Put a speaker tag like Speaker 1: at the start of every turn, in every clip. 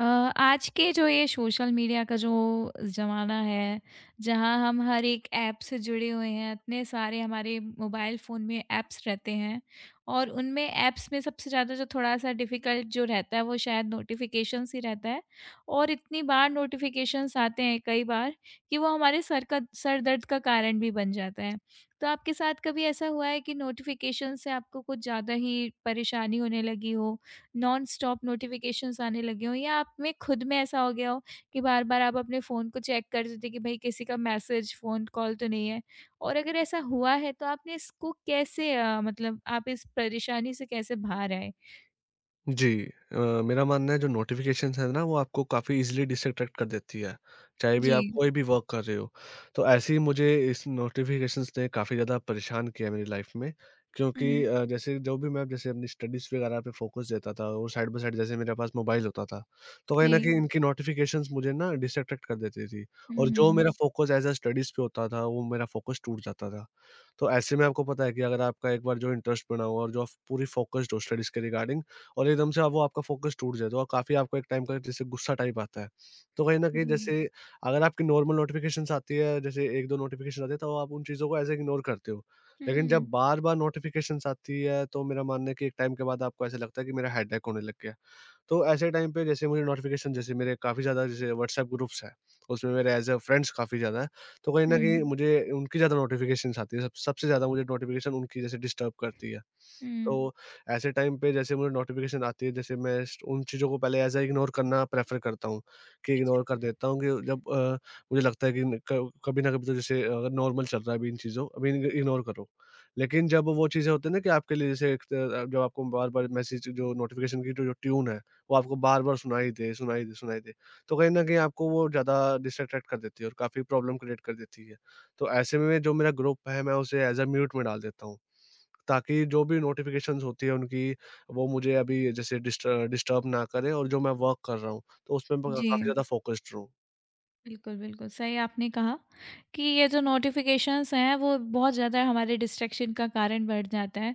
Speaker 1: अ, आज के जो ये सोशल मीडिया का जो ज़माना है, जहाँ हम हर एक ऐप से जुड़े हुए हैं, इतने सारे हमारे मोबाइल फ़ोन में ऐप्स रहते हैं और उनमें ऐप्स में सबसे ज़्यादा जो थोड़ा-सा डिफ़िकल्ट जो रहता है, वो शायद नोटिफ़िकेशंस ही रहता है और इतनी बार नोटिफ़िकेशंस आते हैं कई बार कि वो हमारे सर का सर दर्द का कारण भी बन जाता है। तो आपके साथ कभी ऐसा हुआ है कि नोटिफ़िकेशन से आपको कुछ ज़्यादा ही परेशानी होने लगी हो? नॉन-स्टॉप नोटिफ़िकेशंस आने लगे हों या आप में खुद में ऐसा हो गया हो कि बार-बार आप अपने फ़ोन को चेक कर रहे थे कि भई किसी का मैसेज, फ़ोन कॉल तो नहीं है? और अगर ऐसा हुआ है तो आपने इसको कैसे मतलब आप इस परेशानी से कैसे बाहर आए?
Speaker 2: जी। अ, मेरा मानना है, जो नोटिफिकेशंस है ना, वो आपको काफ़ी इजीली डिस्ट्रैक्ट कर देती है, चाहे भी
Speaker 1: जी।
Speaker 2: आप कोई भी वर्क कर रहे हो। तो ऐसे ही मुझे इस नोटिफिकेशंस ने काफ़ी ज़्यादा परेशान किया मेरी लाइफ में,
Speaker 1: हुँ,
Speaker 2: क्योंकि
Speaker 1: हुँ।
Speaker 2: जैसे जो भी मैं, जैसे अपनी स्टडीज़ वगैरह पे फोकस देता था और साइड बाय साइड जैसे मेरे पास मोबाइल होता था, तो कहीं न
Speaker 1: जी।
Speaker 2: कहीं इनकी नोटिफिकेशंस मुझे ना डिस्ट्रैक्ट कर देती थी,
Speaker 1: हुँ,
Speaker 2: और जो हुँ। मेरा
Speaker 1: हुँ।
Speaker 2: फोकस एज़ अ स्टडीज़ पे होता था, वो मेरा फोकस टूट जाता था। तो ऐसे में आपको पता है कि अगर आपका एक बार जो इंटरेस्ट बना हो, और जो आप पूरी फोकस्ड हो स्टडीज़ के रिगार्डिंग, और एकदम से अब वो आपका फ़ोकस टूट जाए, तो और काफ़ी आपको एक टाइम का जैसे गुस्सा टाइप आता है। तो कहीं न कहीं,
Speaker 1: जी।
Speaker 2: जैसे अगर आपकी नॉर्मल नोटिफ़िकेशंस आती है, जैसे 1-2 नोटिफ़िकेशन आती है, तो आप उन चीज़ों को ऐसे इग्नोर करते हो। लेकिन
Speaker 1: हुँ।
Speaker 2: जब बार-बार नोटिफ़िकेशंस आती है, तो मेरा मानना है कि एक टाइम के बाद आपको ऐसा लगता है कि मेरा हेडेक होने लग गया है। तो ऐसे टाइम पे जैसे मुझे नोटिफ़िकेशन, जैसे मेरे काफ़ी ज़्यादा जैसे व्हाट्सएप ग्रुप्स हैं, उसमें मेरे एज़ अ फ्रेंड्स काफ़ी ज़्यादा हैं, तो कहीं न
Speaker 1: हुँ,
Speaker 2: कहीं मुझे उनकी ज़्यादा नोटिफ़िकेशंस आती है। सब सबसे ज़्यादा मुझे नोटिफ़िकेशन उनकी जैसे डिस्टर्ब करती है। तो
Speaker 1: हुँ।
Speaker 2: ऐसे टाइम पे जैसे मुझे नोटिफ़िकेशन आती है, जैसे मैं स उन चीज़ों को पहले ऐज़ अ इग्नोर करना प्रेफ़र करता हूँ, कि इग्नोर कर देता हूँ, कि जब मुझे लगता है कि न क कभी ना कभी तो, जैसे अगर नॉर्मल चल रहा है अभी, इन चीज़ों अभी इग इग्नोर करो। लेकिन जब वो चीज़ें होती हैं ना कि आपके लिए, जैसे एक जब आपको बार-बार मैसेज, जो नोटिफ़िकेशन की जो जो ट्यून है, वो आपको बार-बार सुनाई दे, सुनाई दे, सुनाई दे, तो कहीं न कहीं आपको वो ज़्यादा डिस्ट्रैक्ट कर देती है और काफ़ी प्रॉब्लम क्रिएट कर देती है। तो ऐसे में जो मेरा ग्रुप है, मैं उसे ऐज़ अ म्यूट में डाल देता हूँ, ताकि जो भी नोटिफ़िकेशंस होती है उनकी, वो मुझे अभी जैसे डिस्टर्ब ना करे, और जो मैं वर्क कर रहा हूँ, तो उसमें मैं
Speaker 1: जी।
Speaker 2: काफ़ी ज़्यादा फ़ोकस्ड रहूँ।
Speaker 1: बिल्कुल, बिल्कुल, सही आपने कहा कि ये जो नोटिफ़िकेशंस हैं वो बहुत ज़्यादा हमारे डिस्ट्रैक्शन का कारण बढ़ जाता है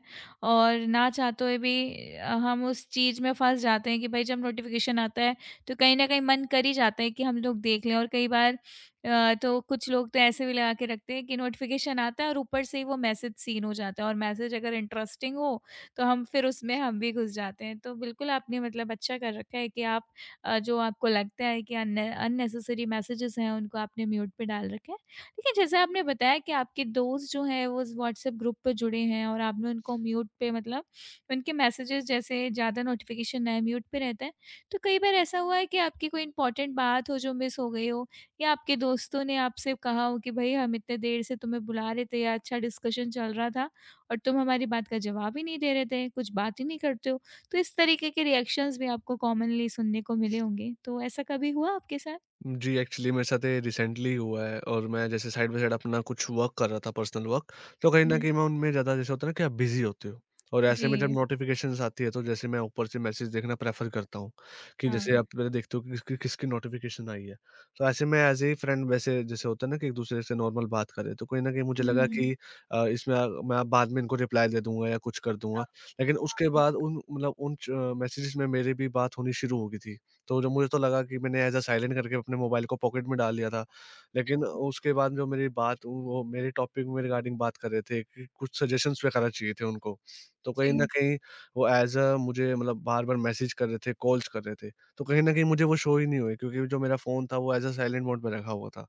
Speaker 1: और ना चाहते हुए भी हम उस चीज़ में फँस जाते हैं कि भाई जब नोटिफ़िकेशन आता है तो कहीं न कहीं मन कर ही जाता है कि हम लोग देख लें और कई बार तो कुछ लोग तो ऐसे भी लगा के रखते हैं कि नोटिफ़िकेशन आता है और ऊपर से ही वो मैसेज सीन हो जाता है और मैसेज अगर इंटरेस्टिंग हो तो हम फिर उसमें हम भी घुस जाते हैं। तो बिल्कुल आपने मतलब अच्छा कर रखा है कि आप जो आपको लगता है कि अन अननेसेसरी मैसेजेस हैं उनको आपने म्यूट पे डाल रखा है। लेकिन जैसे आपने बताया कि आपके दोस्त जो हैं वो इस व्हाट्सएप ग्रुप पे जुड़े हैं और आपने उनको म्यूट पे मतलब उनके मैसेजेस जैसे ज़्यादा नोटिफ़िकेशन ना आए म्यूट पे रहता है। तो कई बार ऐसा हुआ है कि आपकी कोई इम्पोर्टेंट बात हो जो मिस हो गई हो या आपके दोस्तों ने आपसे कहा हो कि भई हम इतने देर से तुम्हें बुला रहे थे या अच्छा डिस्कशन चल रहा था और तुम हमारी बात का जवाब ही नहीं दे रहे थे, कुछ बात ही नहीं करते हो। तो इस तरीके के रिएक्शंस भी आपको कॉमनली सुनने को मिले होंगे, तो ऐसा कभी हुआ आपके साथ?
Speaker 2: जी, एक्चुअली मेरे साथ ये रिसेंटली हुआ है, और मैं जैसे साइड बाय साइड अपना कुछ वर्क कर रहा था, पर्सनल वर्क, तो कहीं न
Speaker 1: हुँ,
Speaker 2: कहीं मैं उनमें ज़्यादा, जैसे होता है ना कि आप बिज़ी होते हो, और ऐसे में जब
Speaker 1: जी।
Speaker 2: नोटिफ़िकेशंस आती है, तो जैसे मैं ऊपर से मैसेज देखना प्रेफ़र करता हूँ, कि
Speaker 1: हाँ।
Speaker 2: जैसे आप पहले देखते हो कि किसकी किसकी नोटिफ़िकेशन आई है। तो ऐसे में एज़ ए फ्रेंड, वैसे जैसे होता है ना कि एक-दूसरे से नॉर्मल बात करें, तो कहीं न कहीं मुझे लगा
Speaker 1: हुँ।
Speaker 2: कि इसमें मैं बाद में इनको रिप्लाई दे दूँगा या कुछ कर
Speaker 1: अ,
Speaker 2: दूँगा। लेकिन उसके
Speaker 1: हाँ,
Speaker 2: बाद उन, मतलब उन च मैसेजेस में मेरी भी बात होनी शुरू हो गई थी। तो जो, मुझे तो लगा कि मैंने ऐज़ अ साइलेंट करके अपने मोबाइल को पॉकेट में डाल दिया था। लेकिन उसके बाद जो मेरी बात, वो मेरे टॉपिक में रिगार्डिंग बात कर रहे थे कि कुछ सजेशंस वगैरह चाहिए थे उनको। तो कहीं न
Speaker 1: जी।
Speaker 2: कहीं वो ऐज़ अ मुझे, मतलब बार-बार मैसेज कर रहे थे, कॉल्स कर रहे थे। तो कहीं न कहीं मुझे वो शो ही नहीं हुए, क्योंकि जो मेरा फ़ोन था वो ऐज़ अ साइलेंट मोड में रखा हुआ था।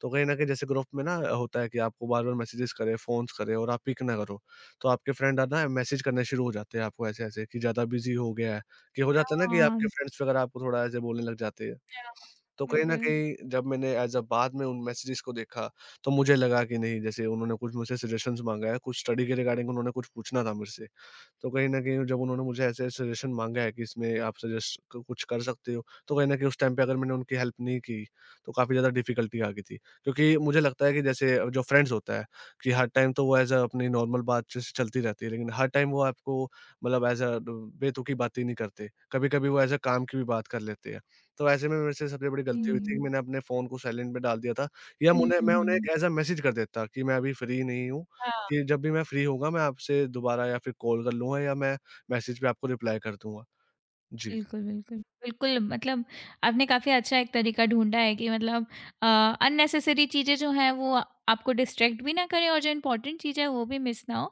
Speaker 2: तो कहीं न कहीं, जैसे ग्रुप में ना होता है कि आपको बार-बार मैसेजेस करे, फ़ोन्स करे, और आप पिक ना करो। तो आपके फ्रेंड है ना, मैसेज करने शुरू हो जाते हैं आपको ऐसे-ऐसे, कि ज़्यादा बिज़ी हो गया है, कि हो
Speaker 1: हाँ।
Speaker 2: जाता है ना कि हुँ।
Speaker 1: हाँ,
Speaker 2: आपके फ्रेंड्स वगैरह आपको थोड़ा ऐसे बोलने लग जाते हैं। तो कहीं न
Speaker 1: बिल्कुल।
Speaker 2: कहीं जब मैंने एज़ अ बाद में उन मैसेजेस को देखा, तो मुझे लगा कि नहीं, जैसे उन्होंने कुछ मुझसे सजेशंस माँगा है, कुछ स्टडी के रिगार्डिंग उन्होंने कुछ पूछना था मुझसे। तो कहीं न कहीं जब उन्होंने मुझे ऐसे सजेशन माँगा है कि इसमें आप सजेस्ट क कुछ कर सकते हो, तो कहीं न कहीं उस टाइम पे अगर मैंने उनकी हेल्प नहीं की, तो काफ़ी ज़्यादा डिफ़िकल्टी आ गई थी। क्योंकि मुझे लगता है कि जैसे जो फ्रेंड्स होता है, कि हर टाइम तो वो एज़ अ अपनी नॉर्मल बातचीत चलती रहती है, लेकिन हर टाइम वो आपको, मतलब एज़ अ ब बेतुकी बातें नहीं करते। कभी-कभी वो एज़ अ काम की भी बात कर लेते हैं। तो ऐसे में मेरे से सबसे बड़ी गलती हुई थी
Speaker 1: जी।
Speaker 2: कि मैंने अपने फ़ोन को साइलेंट पे डाल दिया था, या
Speaker 1: हुँ,
Speaker 2: मुने मैं
Speaker 1: हुँ,
Speaker 2: उन्हें
Speaker 1: हुँ।
Speaker 2: एक एज़ अ मैसेज कर देता कि मैं अभी फ्री नहीं हूँ, कि जब भी मैं फ्री होऊँगा, मैं आपसे दोबारा या फिर कॉल कर लूँगा, या मैं मैसेज पे आपको रिप्लाई कर दूँगा। जी।
Speaker 1: बिल्कुल, बिल्कुल। बिल्कुल, मतलब आपने काफ़ी अच्छा एक तरीका ढूँढा है कि मतलब अननेसेसरी चीज़ें जो हैं वो आपको डिस्ट्रैक्ट भी ना करें और जो इम्पोर्टेंट चीज़ है वो भी मिस ना हो।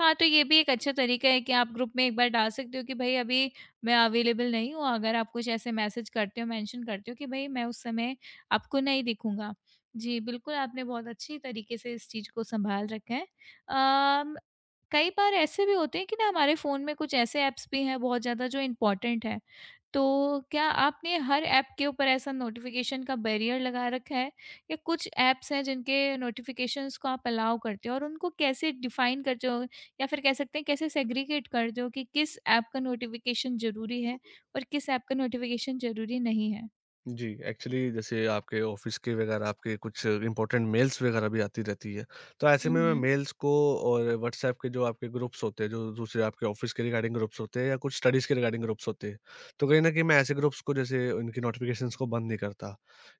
Speaker 1: हाँ, तो ये भी एक अच्छा तरीका है कि आप ग्रुप में एक बार डाल सकते हो कि भई अभी मैं अवेलेबल नहीं हूँ, अगर आप कुछ ऐसे मैसेज करते हो, मेंशन करते हो कि भई मैं उस समय आपको नहीं दिखूँगा। जी, बिल्कुल आपने बहुत अच्छी तरीके से इस चीज़ को सँभाल रखा है। अम कई बार ऐसे भी होते हैं कि ना हमारे फ़ोन में कुछ ऐसे ऐप्स भी हैं बहुत ज़्यादा जो इम्पोर्टेंट हैं। तो क्या आपने हर ऐप के ऊपर ऐसा नोटिफ़िकेशन का बैरियर लगा रखा है या कुछ ऐप्स हैं जिनके नोटिफ़िकेशंस को आप अलाउ करते हो और उनको कैसे डिफ़ाइन करते हो या फिर कह सकते हैं कैसे सेग्रीगेट करते हो कि किस ऐप का नोटिफ़िकेशन ज़रूरी है और किस ऐप का नोटिफ़िकेशन ज़रूरी नहीं है?
Speaker 2: जी, एक्चुअली जैसे आपके ऑफ़िस के वगैरह आपके कुछ इम्पोर्टेंट मेल्स वगैरह भी आती रहती है। तो ऐसे
Speaker 1: हुँ,
Speaker 2: में मैं
Speaker 1: हुँ।
Speaker 2: मेल्स को, और व्हाट्सऐप के जो आपके ग्रुप्स होते हैं, जो दूसरे आपके ऑफ़िस के रिगार्डिंग ग्रुप्स होते हैं, या कुछ स्टडीज़ के रिगार्डिंग ग्रुप्स होते हैं, तो कहीं न कहीं मैं ऐसे ग्रुप्स को, जैसे उनकी नोटिफ़िकेशंस को बंद नहीं करता।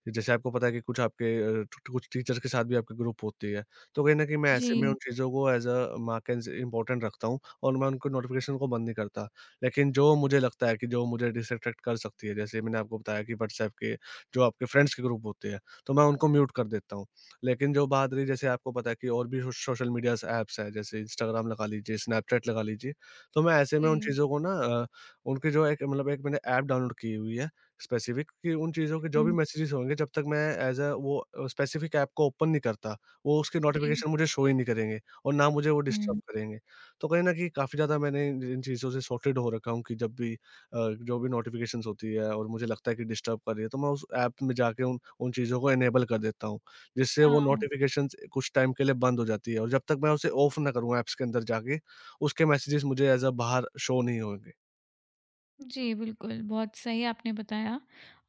Speaker 2: जैसे आपको पता है कि कुछ आपके अ, टु कुछ टीचर्स के साथ भी आपके ग्रुप होती है। तो कहीं न कहीं मैं ऐसे में
Speaker 1: जी,
Speaker 2: उन चीज़ों को as a mark as important रखता हूँ, और मैं उनको नोटिफ़िकेशन को बंद नहीं करता। लेकिन जो मुझे लगता है कि जो मुझे डिसअट्रैक्ट कर सकती है, जैसे मैंने आपको बताया कि व्हाट्सएप के जो आपके फ्रेंड्स के ग्रुप होते हैं, तो मैं उनको म्यूट कर देता हूँ। लेकिन जो बात रही, जैसे आपको पता है कि और भी सोशल मीडियाज़ ऐप्स हैं, जैसे इंस्टाग्राम लगा लीजिए, स्नैपचैट लगा लीजिए, तो मैं ऐसे में उन
Speaker 1: जी।
Speaker 2: चीज़ों को ना उनके जो एक, मतलब एक मैंने ऐप डाउनलोड की हुई है स्पेसिफ़िक, कि उन चीज़ों के जो भी
Speaker 1: हुँ,
Speaker 2: मैसेजेज़ होंगे, जब तक मैं एज़ अ वो स्पेसिफ़िक ऐप को ओपन नहीं करता, वो उसके
Speaker 1: जी।
Speaker 2: नोटिफ़िकेशन मुझे शो ही नहीं करेंगे, और ना मुझे वो डिस्टर्ब
Speaker 1: हुँ,
Speaker 2: करेंगे। तो कहीं न कहीं काफ़ी ज़्यादा मैंने इन इन चीज़ों से सॉर्टेड हो रखा हूँ, कि जब भी जो भी नोटिफ़िकेशंस होती है और मुझे लगता है कि डिस्टर्ब कर रही है, तो मैं उस ऐप में जाके उन उन चीज़ों को इनेबल कर देता हूँ, जिससे वो
Speaker 1: हाँ।
Speaker 2: नोटिफ़िकेशंस कुछ टाइम के लिए बंद हो जाती है, और जब तक मैं उसे ऑफ ना करूँ ऐप्स के अंदर जाके, उसके मैसेजेस मुझे एज़ अ बाहर शो नहीं होंगे।
Speaker 1: जी, बिल्कुल, बहुत सही आपने बताया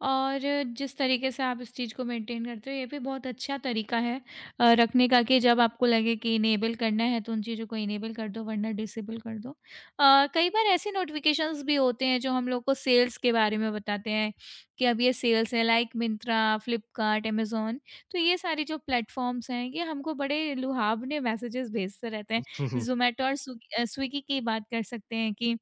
Speaker 1: और जिस तरीके से आप इस चीज़ को मेंटेन करते हो, ये भी बहुत अच्छा तरीका है रखने का कि जब आपको लगे कि इनेबल करना है, तो उन चीज़ों को इनेबल कर दो, वरना डिसेबल कर दो। कई बार ऐसे नोटिफ़िकेशंस भी होते हैं, जो हम लोग को सेल्स के बारे में बताते हैं कि अब ये सेल्स है, लाइक मिंत्रा, फ्लिपकार्ट, अमेज़न। तो ये सारे जो प्लेटफ़ॉर्म्स हैं, ये हमको बड़े लुभावने मैसेजेस भेजते रहते हैं। ज़ोमैटो और स्विगी की बात कर सकते हैं कि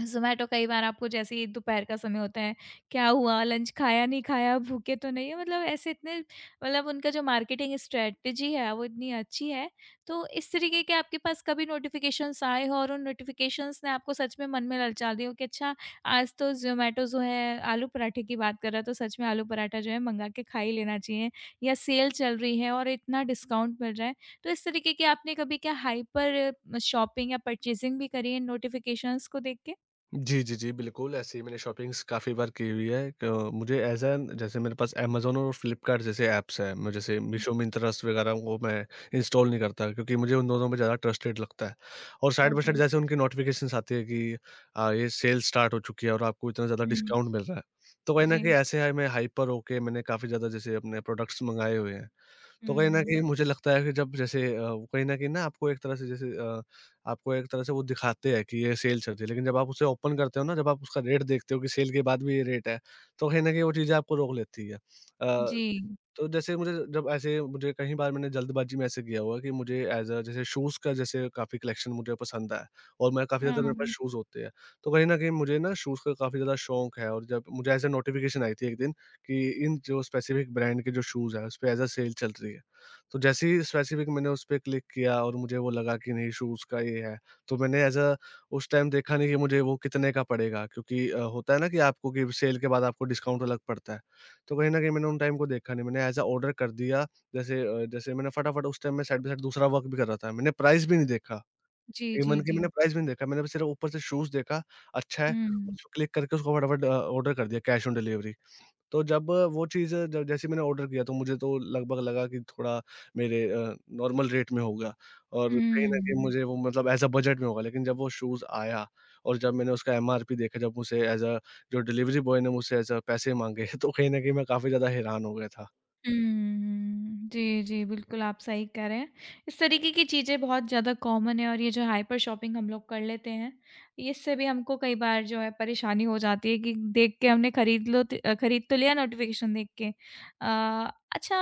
Speaker 1: ज़ोमैटो कई बार आपको जैसे ही दोपहर का समय होता है, क्या हुआ? लंच खाया, नहीं खाया, भूखे तो नहीं है? मतलब ऐसे इतने मतलब उनका जो मार्केटिंग स्ट्रैटेजी है, वो इतनी अच्छी है। तो इस तरीके के आपके पास कभी नोटिफ़िकेशंस आए हों और उन नोटिफ़िकेशंस ने आपको सच में मन में ललचा दिया हो कि अच्छा, आज तो ज़ोमैटो जो है आलू पराठे की बात कर रहा है, तो सच में आलू पराठा जो है मँगा के खा ही लेना चाहिए या सेल चल रही है और इतना डिस्काउंट मिल रहा है। तो इस तरीके की आपने कभी क्या हाइपर शॉपिंग या परचेज़िंग भी करी है नोटिफ़िकेशंस को देख के?
Speaker 2: जी, जी, जी, बिल्कुल, ऐसे ही मैंने शॉपिंग्स काफ़ी बार की हुई है। क मुझे एज़ एन, जैसे मेरे पास अमेज़न और फ्लिपकार्ट जैसे ऐप्स हैं, मैं जैसे मीशो, मिंत्रास वगैरह वो मैं इंस्टॉल नहीं करता, क्योंकि मुझे उन दोनों में ज़्यादा ट्रस्टेड लगता है। और साइड बाय साइड
Speaker 1: ओके।
Speaker 2: जैसे उनकी नोटिफ़िकेशंस आती है कि ये सेल स्टार्ट हो चुकी है, और आपको इतना ज़्यादा
Speaker 1: हुँ।
Speaker 2: डिस्काउंट मिल रहा है। तो कहीं न
Speaker 1: जी।
Speaker 2: कहीं ऐसे है मैं हाइपर होके मैंने काफ़ी ज़्यादा जैसे अपने प्रोडक्ट्स मँगाए हुए हैं। तो कहीं न
Speaker 1: हुँ।
Speaker 2: कहीं मुझे लगता है कि जब जैसे वो कहीं न कहीं ना आपको एक तरह से, जैसे आपको एक तरह से वो दिखाते हैं कि ये सेल चल रही है, लेकिन जब आप उसे ओपन करते हो ना, जब आप उसका रेट देखते हो कि सेल के बाद भी ये रेट है, तो कहीं न कहीं वो चीज़ें आपको रोक लेती है। अ
Speaker 1: जी।
Speaker 2: तो जैसे मुझे जब ऐसे, मुझे कई बार मैंने जल्दबाजी में ऐसे किया हुआ कि मुझे एज़ अ, जैसे शूज़ का जैसे काफ़ी कलेक्शन मुझे पसंद है, और मैं काफ़ी ज़्यादा मेरे पास
Speaker 1: हाँ।
Speaker 2: शूज़ होते हैं। तो कहीं न कहीं मुझे ना शूज़ का काफ़ी ज़्यादा शौक है, और जब मुझे ऐसे नोटिफ़िकेशन आई थी एक दिन कि इन जो स्पेसिफ़िक ब्रांड के जो शूज़ हैं, उस पे एज़ अ सेल चल रही है। तो जैसे ही स्पेसिफ़िक मैंने उस पे क्लिक किया, और मुझे वो लगा कि नहीं शूज़ का ये है, तो मैंने एज़ अ उस टाइम देखा नहीं कि मुझे वो कितने का पड़ेगा, क्योंकि होता है ना कि आपको कि सेल के बाद आपको डिस्काउंट अलग पड़ता है। तो कहीं न कहीं मैंने उन टाइम को देखा नहीं, मैंने ऐज़ अ ऑर्डर कर दिया, जैसे जैसे मैंने फटाफट उस टाइम में साइड बाय साइड दूसरा वर्क भी कर रहा था, मैंने प्राइस भी नहीं देखा,
Speaker 1: जी, जी,
Speaker 2: इवन कि
Speaker 1: जी।
Speaker 2: मैंने प्राइस भी नहीं देखा, मैंने बस सिर्फ ऊपर से शूज़ देखा, अच्छा है,
Speaker 1: हुँ।
Speaker 2: उसको क्लिक करके उसको फटाफट ऑर्डर कर दिया कैश ऑन डिलीवरी। तो जब वो चीज़, जब जैसे मैंने ऑर्डर किया, तो मुझे तो लगभग लगा कि थोड़ा मेरे नॉर्मल रेट में होगा, और कहीं न कहीं
Speaker 1: हुँ।
Speaker 2: मुझे वो, मतलब एज़ अ बजट में होगा। लेकिन जब वो शूज़ आया और जब मैंने उसका एमआरपी देखा, जब मुझसे एज़ अ जो डिलीवरी बॉय ने मुझसे एज़ अ पैसे माँगे, तो कहीं न कहीं मैं काफ़ी ज़्यादा हैरान हो गया था।
Speaker 1: हुँ, जी, जी, बिल्कुल आप सही कह रहे हैं। इस तरीके की चीज़ें बहुत ज़्यादा कॉमन है और ये जो हाइपर शॉपिंग हम लोग कर लेते हैं, इससे भी हमको कई बार जो है परेशानी हो जाती है कि देख के हमने खरीद लो त अ, खरीद तो लिया नोटिफ़िकेशन देख के। अच्छा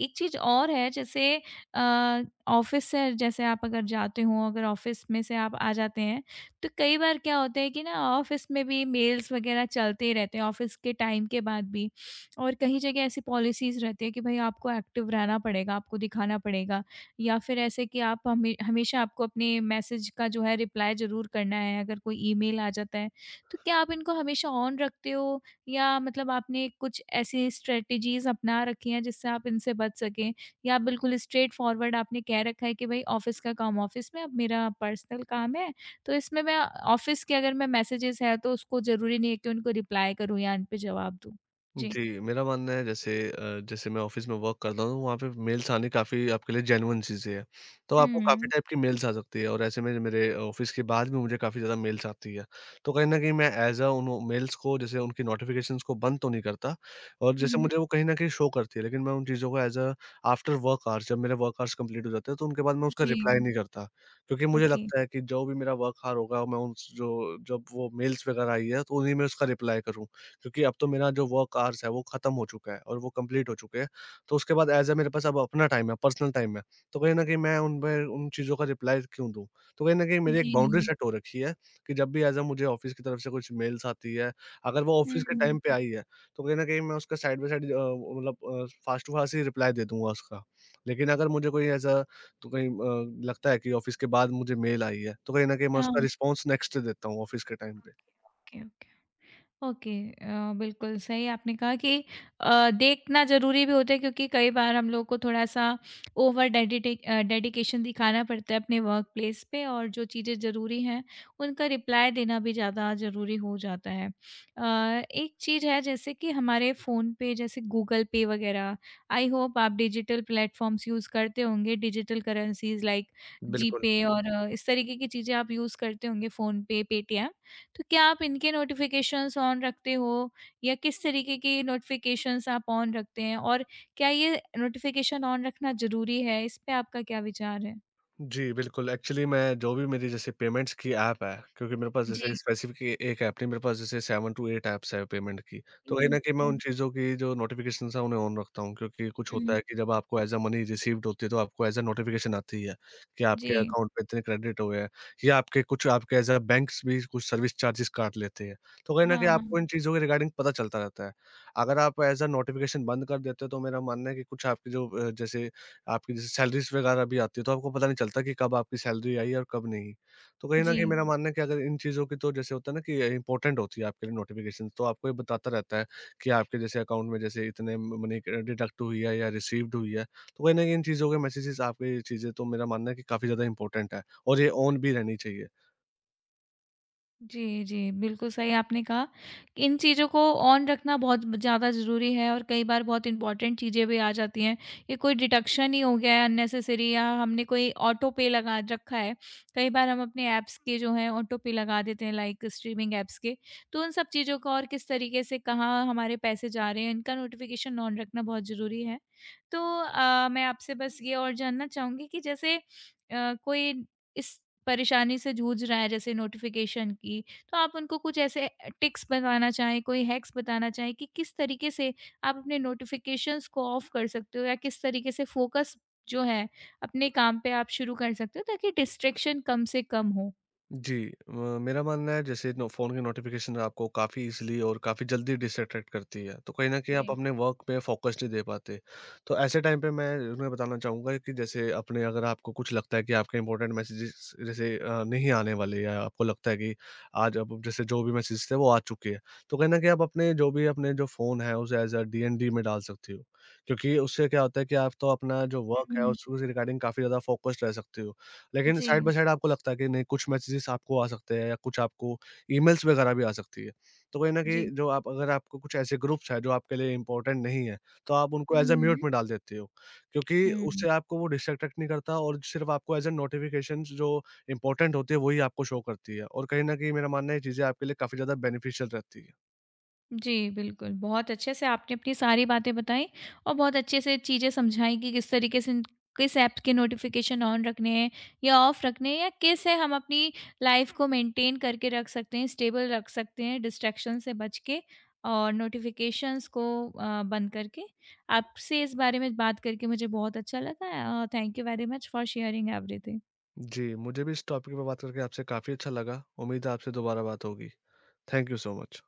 Speaker 1: एक चीज़ और है जैसे अ, ऑफ़िस से जैसे आप अगर जाते हो, अगर ऑफ़िस में से आप आ जाते हैं, तो कई बार क्या होता है कि ना ऑफ़िस में भी मेल्स वग़ैरह चलते ही रहते हैं, ऑफ़िस के टाइम के बाद भी। और कहीं जगह ऐसी पॉलिसीज़ रहती है कि भाई आपको एक्टिव रहना पड़ेगा, आपको दिखाना पड़ेगा या फिर ऐसे कि आप हमेशा आपको अपने मैसेज का जो है रिप्लाई ज़रूर करना है, अगर कोई ईमेल आ जाता है। तो क्या आप इनको हमेशा ऑन रखते हो या मतलब आपने कुछ ऐसी स्ट्रैटेजीज़ अपना रखी हैं जिससे आप इनसे बच सकें? या आप बिल्कुल स्ट्रेट फॉरवर्ड आपने कह रखा है कि भाई ऑफ़िस का काम ऑफ़िस में, अब मेरा पर्सनल काम है, तो इसमें मैं ऑफ़िस के अगर मैं मैसेजेस है तो उसको ज़रूरी नहीं है कि उनको रिप्लाई करूँ या इन पे जवाब दूँ? जी।
Speaker 2: जी, मेरा मानना है जैसे जैसे मैं ऑफ़िस में वर्क करता हूँ, तो वहाँ पे मेल्स आने काफ़ी आपके लिए जेन्युइन चीज़ें हैं। तो आपको काफ़ी
Speaker 1: हुँ।
Speaker 2: टाइप की मेल्स आ सकती है, और ऐसे में मेरे ऑफ़िस के बाद भी मुझे काफ़ी ज़्यादा मेल्स आती है। तो कहीं न कहीं मैं एज़ अ उन मेल्स को जैसे उनकी नोटिफ़िकेशंस को बंद तो नहीं करता, और
Speaker 1: हुँ,
Speaker 2: जैसे
Speaker 1: हुँ।
Speaker 2: मुझे वो कहीं न कहीं शो करती है, लेकिन मैं उन चीज़ों को as a after work hours जब मेरे वर्क आवर्स कंप्लीट हो जाते हैं, तो उनके बाद मैं उसका रिप्लाई
Speaker 1: जी,
Speaker 2: नहीं करता। क्योंकि मुझे
Speaker 1: ओके।
Speaker 2: लगता है कि जो भी मेरा वर्क आवर होगा, मैं उस जो जब वो मेल्स वगैरह आई है, तो उन्हीं में उसका रिप्लाई करूँ। क्योंकि अब तो मेरा जो वर्क आवर्स है वो खत्म हो चुका है और वो कंप्लीट हो चुके हैं। तो उसके बाद एज़ अ मेरे पास अब अपना टाइम है, पर्सनल टाइम है। तो कहीं न कहीं मैं उन पे उन चीज़ों का रिप्लाई क्यों दूँ? तो कहीं न कहीं मेरी एक
Speaker 1: जी।
Speaker 2: बाउंड्री सेट हो रखी है कि जब भी एज़ अ मुझे ऑफिस की तरफ से कुछ मेल्स आती है, अगर वो ऑफिस के
Speaker 1: हुँ।
Speaker 2: टाइम पे आई है, तो कहीं न कहीं मैं उसका साइड बाय साइड मतलब फास्ट टू फास्ट ही रिप्लाई दे दूँगा उसका। लेकिन अगर मुझे कोई एज़ अ तो कहीं लगता है कि ऑफिस के बाद मुझे मेल आई है, तो कहीं न कहीं मैं
Speaker 1: ओह!
Speaker 2: उसका रिस्पॉन्स नेक्स्ट डे देता हूँ ऑफिस के टाइम पे।
Speaker 1: Okay, okay, okay. ओके, बिल्कुल सही आपने कहा कि देखना ज़रूरी भी होता है क्योंकि कई बार हम लोग को थोड़ा-सा ओवर डेडिकेशन दिखाना पड़ता है अपने वर्क प्लेस पे और जो चीज़ें ज़रूरी हैं, उनका रिप्लाई देना भी ज़्यादा ज़रूरी हो जाता है। एक चीज़ है जैसे कि हमारे फ़ोन पे जैसे गूगल पे वग़ैरह, आई होप आप डिजिटल प्लेटफ़ॉर्म्स यूज़ करते होंगे, डिजिटल करेंसीज़ लाइक
Speaker 2: बिल्कुल।
Speaker 1: जीपे और इस तरीके की चीज़ें आप यूज़ करते होंगे फ़ोन पे, पेटीएम। तो क्या आप इनके नोटिफ़िकेशंस ऑन रखते हो या किस तरीके की नोटिफ़िकेशंस आप ऑन रखते हैं? और क्या ये नोटिफ़िकेशन ऑन रखना ज़रूरी है? इस पे आपका क्या विचार है?
Speaker 2: जी, बिल्कुल। एक्चुअली मैं जो भी मेरी जैसे पेमेंट्स की ऐप है, क्योंकि मेरे पास जैसे
Speaker 1: जी।
Speaker 2: स्पेसिफ़िक ए एक ऐप नहीं, मेरे पास जैसे 7 टू 8 ऐप्स हैं पेमेंट की।
Speaker 1: जी।
Speaker 2: तो कहीं न कहीं मैं उन
Speaker 1: ओह!
Speaker 2: चीज़ों की जो नोटिफ़िकेशंस हैं, उन्हें ऑन रखता हूँ, क्योंकि कुछ
Speaker 1: हुँ।
Speaker 2: होता है कि जब आपको एज़ अ मनी रिसीव्ड होती है, तो आपको एज़ अ नोटिफ़िकेशन आती है कि आपके
Speaker 1: जी।
Speaker 2: अकाउंट में इतने क्रेडिट हुए हैं, या आपके कुछ आपके एज़ अ बैंक्स भी कुछ सर्विस चार्जेज़ काट लेते हैं। तो कहीं न कहीं
Speaker 1: हाँ, हाँ।
Speaker 2: आपको इन चीज़ों के रिगार्डिंग पता चलता रहता है। अगर आप एज़ अ नोटिफ़िकेशन बंद कर देते हो, तो मेरा मानना है कि कुछ आपकी जो जैसे आपकी जैसे सैलरीज़ वगैरह भी आती है, तो आपको पता नहीं चलता कि कब आपकी सैलरी आई और कब नहीं। तो कहीं न
Speaker 1: जी।
Speaker 2: कहीं मेरा मानना है कि अगर इन चीज़ों की, तो जैसे होता है ना कि इम्पोर्टेंट होती है आपके लिए नोटिफ़िकेशंस, तो आपको ये बताता रहता है कि आपके जैसे अकाउंट में जैसे इतने म मनी डिडक्ट हुई है या रिसीव्ड हुई है। तो कहीं न कहीं इन चीज़ों के मैसेजेज़ आपके ये चीज़ें, तो मेरा मानना है कि काफ़ी ज़्यादा इम्पोर्टेंट है और ये ऑन भी रहनी चाहिए।
Speaker 1: जी, जी। बिल्कुल सही आपने कहा कि इन चीज़ों को ऑन रखना बहुत ज़्यादा ज़रूरी है और कई बार बहुत इम्पोर्टेंट चीज़ें भी आ जाती हैं। ये कोई डिडक्शन ही हो गया है अननेसेसरी या हमने कोई ऑटो पे लगा रखा है। कई बार हम अपने ऐप्स के जो हैं ऑटो पे लगा देते हैं लाइक स्ट्रीमिंग ऐप्स के। तो उन सब चीज़ों का और किस तरीके से कहाँ हमारे पैसे जा रहे हैं इनका नोटिफ़िकेशन ऑन रखना बहुत ज़रूरी है। तो मैं आपसे बस ये और जानना चाहूँगी कि जैसे कोई इस परेशानी से जूझ रहा है जैसे नोटिफ़िकेशन की, तो आप उनको कुछ ऐसे टिप्स बताना चाहें, कोई हैक्स बताना चाहें कि किस तरीके से आप अपने नोटिफ़िकेशंस को ऑफ कर सकते हो या किस तरीके से फ़ोकस जो है अपने काम पे आप शुरू कर सकते हो ताकि डिस्ट्रैक्शन कम से कम हो?
Speaker 2: जी, मेरा मानना है जैसे नो फ़ोन की नोटिफ़िकेशन आपको काफ़ी इज़िली और काफ़ी जल्दी डिस्ट्रैक्ट करती है, तो कहीं न कहीं आप
Speaker 1: जी।
Speaker 2: अपने वर्क पे फ़ोकस नहीं दे पाते। तो ऐसे टाइम पे मैं उन्हें बताना चाहूँगा कि जैसे अपने, अगर आपको कुछ लगता है कि आपके इम्पोर्टेंट मैसेजेस जैसे नहीं आने वाले, या आपको लगता है कि आज अब जैसे जो भी मैसेज थे वो आ चुके हैं, तो कहीं न कहीं आप अपने जो भी अपने जो फ़ोन है उसे एज़ अ डीएनडी में डाल सकती हो। क्योंकि उससे क्या होता है कि आप तो अपना जो
Speaker 1: हुँ,
Speaker 2: वर्क है
Speaker 1: हुँ।
Speaker 2: उसके रिगार्डिंग काफ़ी ज़्यादा फ़ोकस्ड रह सकते हो। लेकिन साइड
Speaker 1: जी,
Speaker 2: बाय साइड आपको लगता है कि नहीं कुछ मैसेजेस आपको आ सकते हैं, या कुछ आपको ईमेल्स वगैरह भी आ सकती है। तो कहीं न कहीं
Speaker 1: जी।
Speaker 2: जो आप, अगर आपको कुछ ऐसे ग्रुप्स हैं जो आपके लिए इम्पोर्टेंट नहीं है, तो आप उनको
Speaker 1: हुँ,
Speaker 2: एज़ अ
Speaker 1: हुँ,
Speaker 2: म्यूट
Speaker 1: हुँ।
Speaker 2: में डाल देते हो। क्योंकि
Speaker 1: हुँ।
Speaker 2: उससे आपको वो डिस्ट्रैक्ट नहीं करता, और सिर्फ़ आपको एज़ अ नोटिफ़िकेशंस जो इम्पोर्टेंट होती है वही आपको शो करती है। और कहीं न कहीं मेरा मानना है ये चीज़ें आपके लिए काफ़ी ज़्यादा बेनिफिशियल रहती है।
Speaker 1: जी, बिल्कुल। बहुत अच्छे से आपने अपनी सारी बातें बताई और बहुत अच्छे से चीज़ें समझाई कि किस तरीके से किस ऐप के नोटिफ़िकेशन ऑन रखने हैं या ऑफ रखने हैं या किस है हम अपनी लाइफ़ को मेंटेन करके रख सकते हैं, स्टेबल रख सकते हैं डिस्ट्रैक्शन से बच के और नोटिफ़िकेशंस को बंद करके। आपसे इस बारे में बात करके मुझे बहुत अच्छा लगा। Thank you very much for sharing everything.
Speaker 2: जी, मुझे भी इस टॉपिक पे बात करके आपसे काफ़ी अच्छा लगा। उम्मीद है आपसे दोबारा बात होगी। Thank you so much.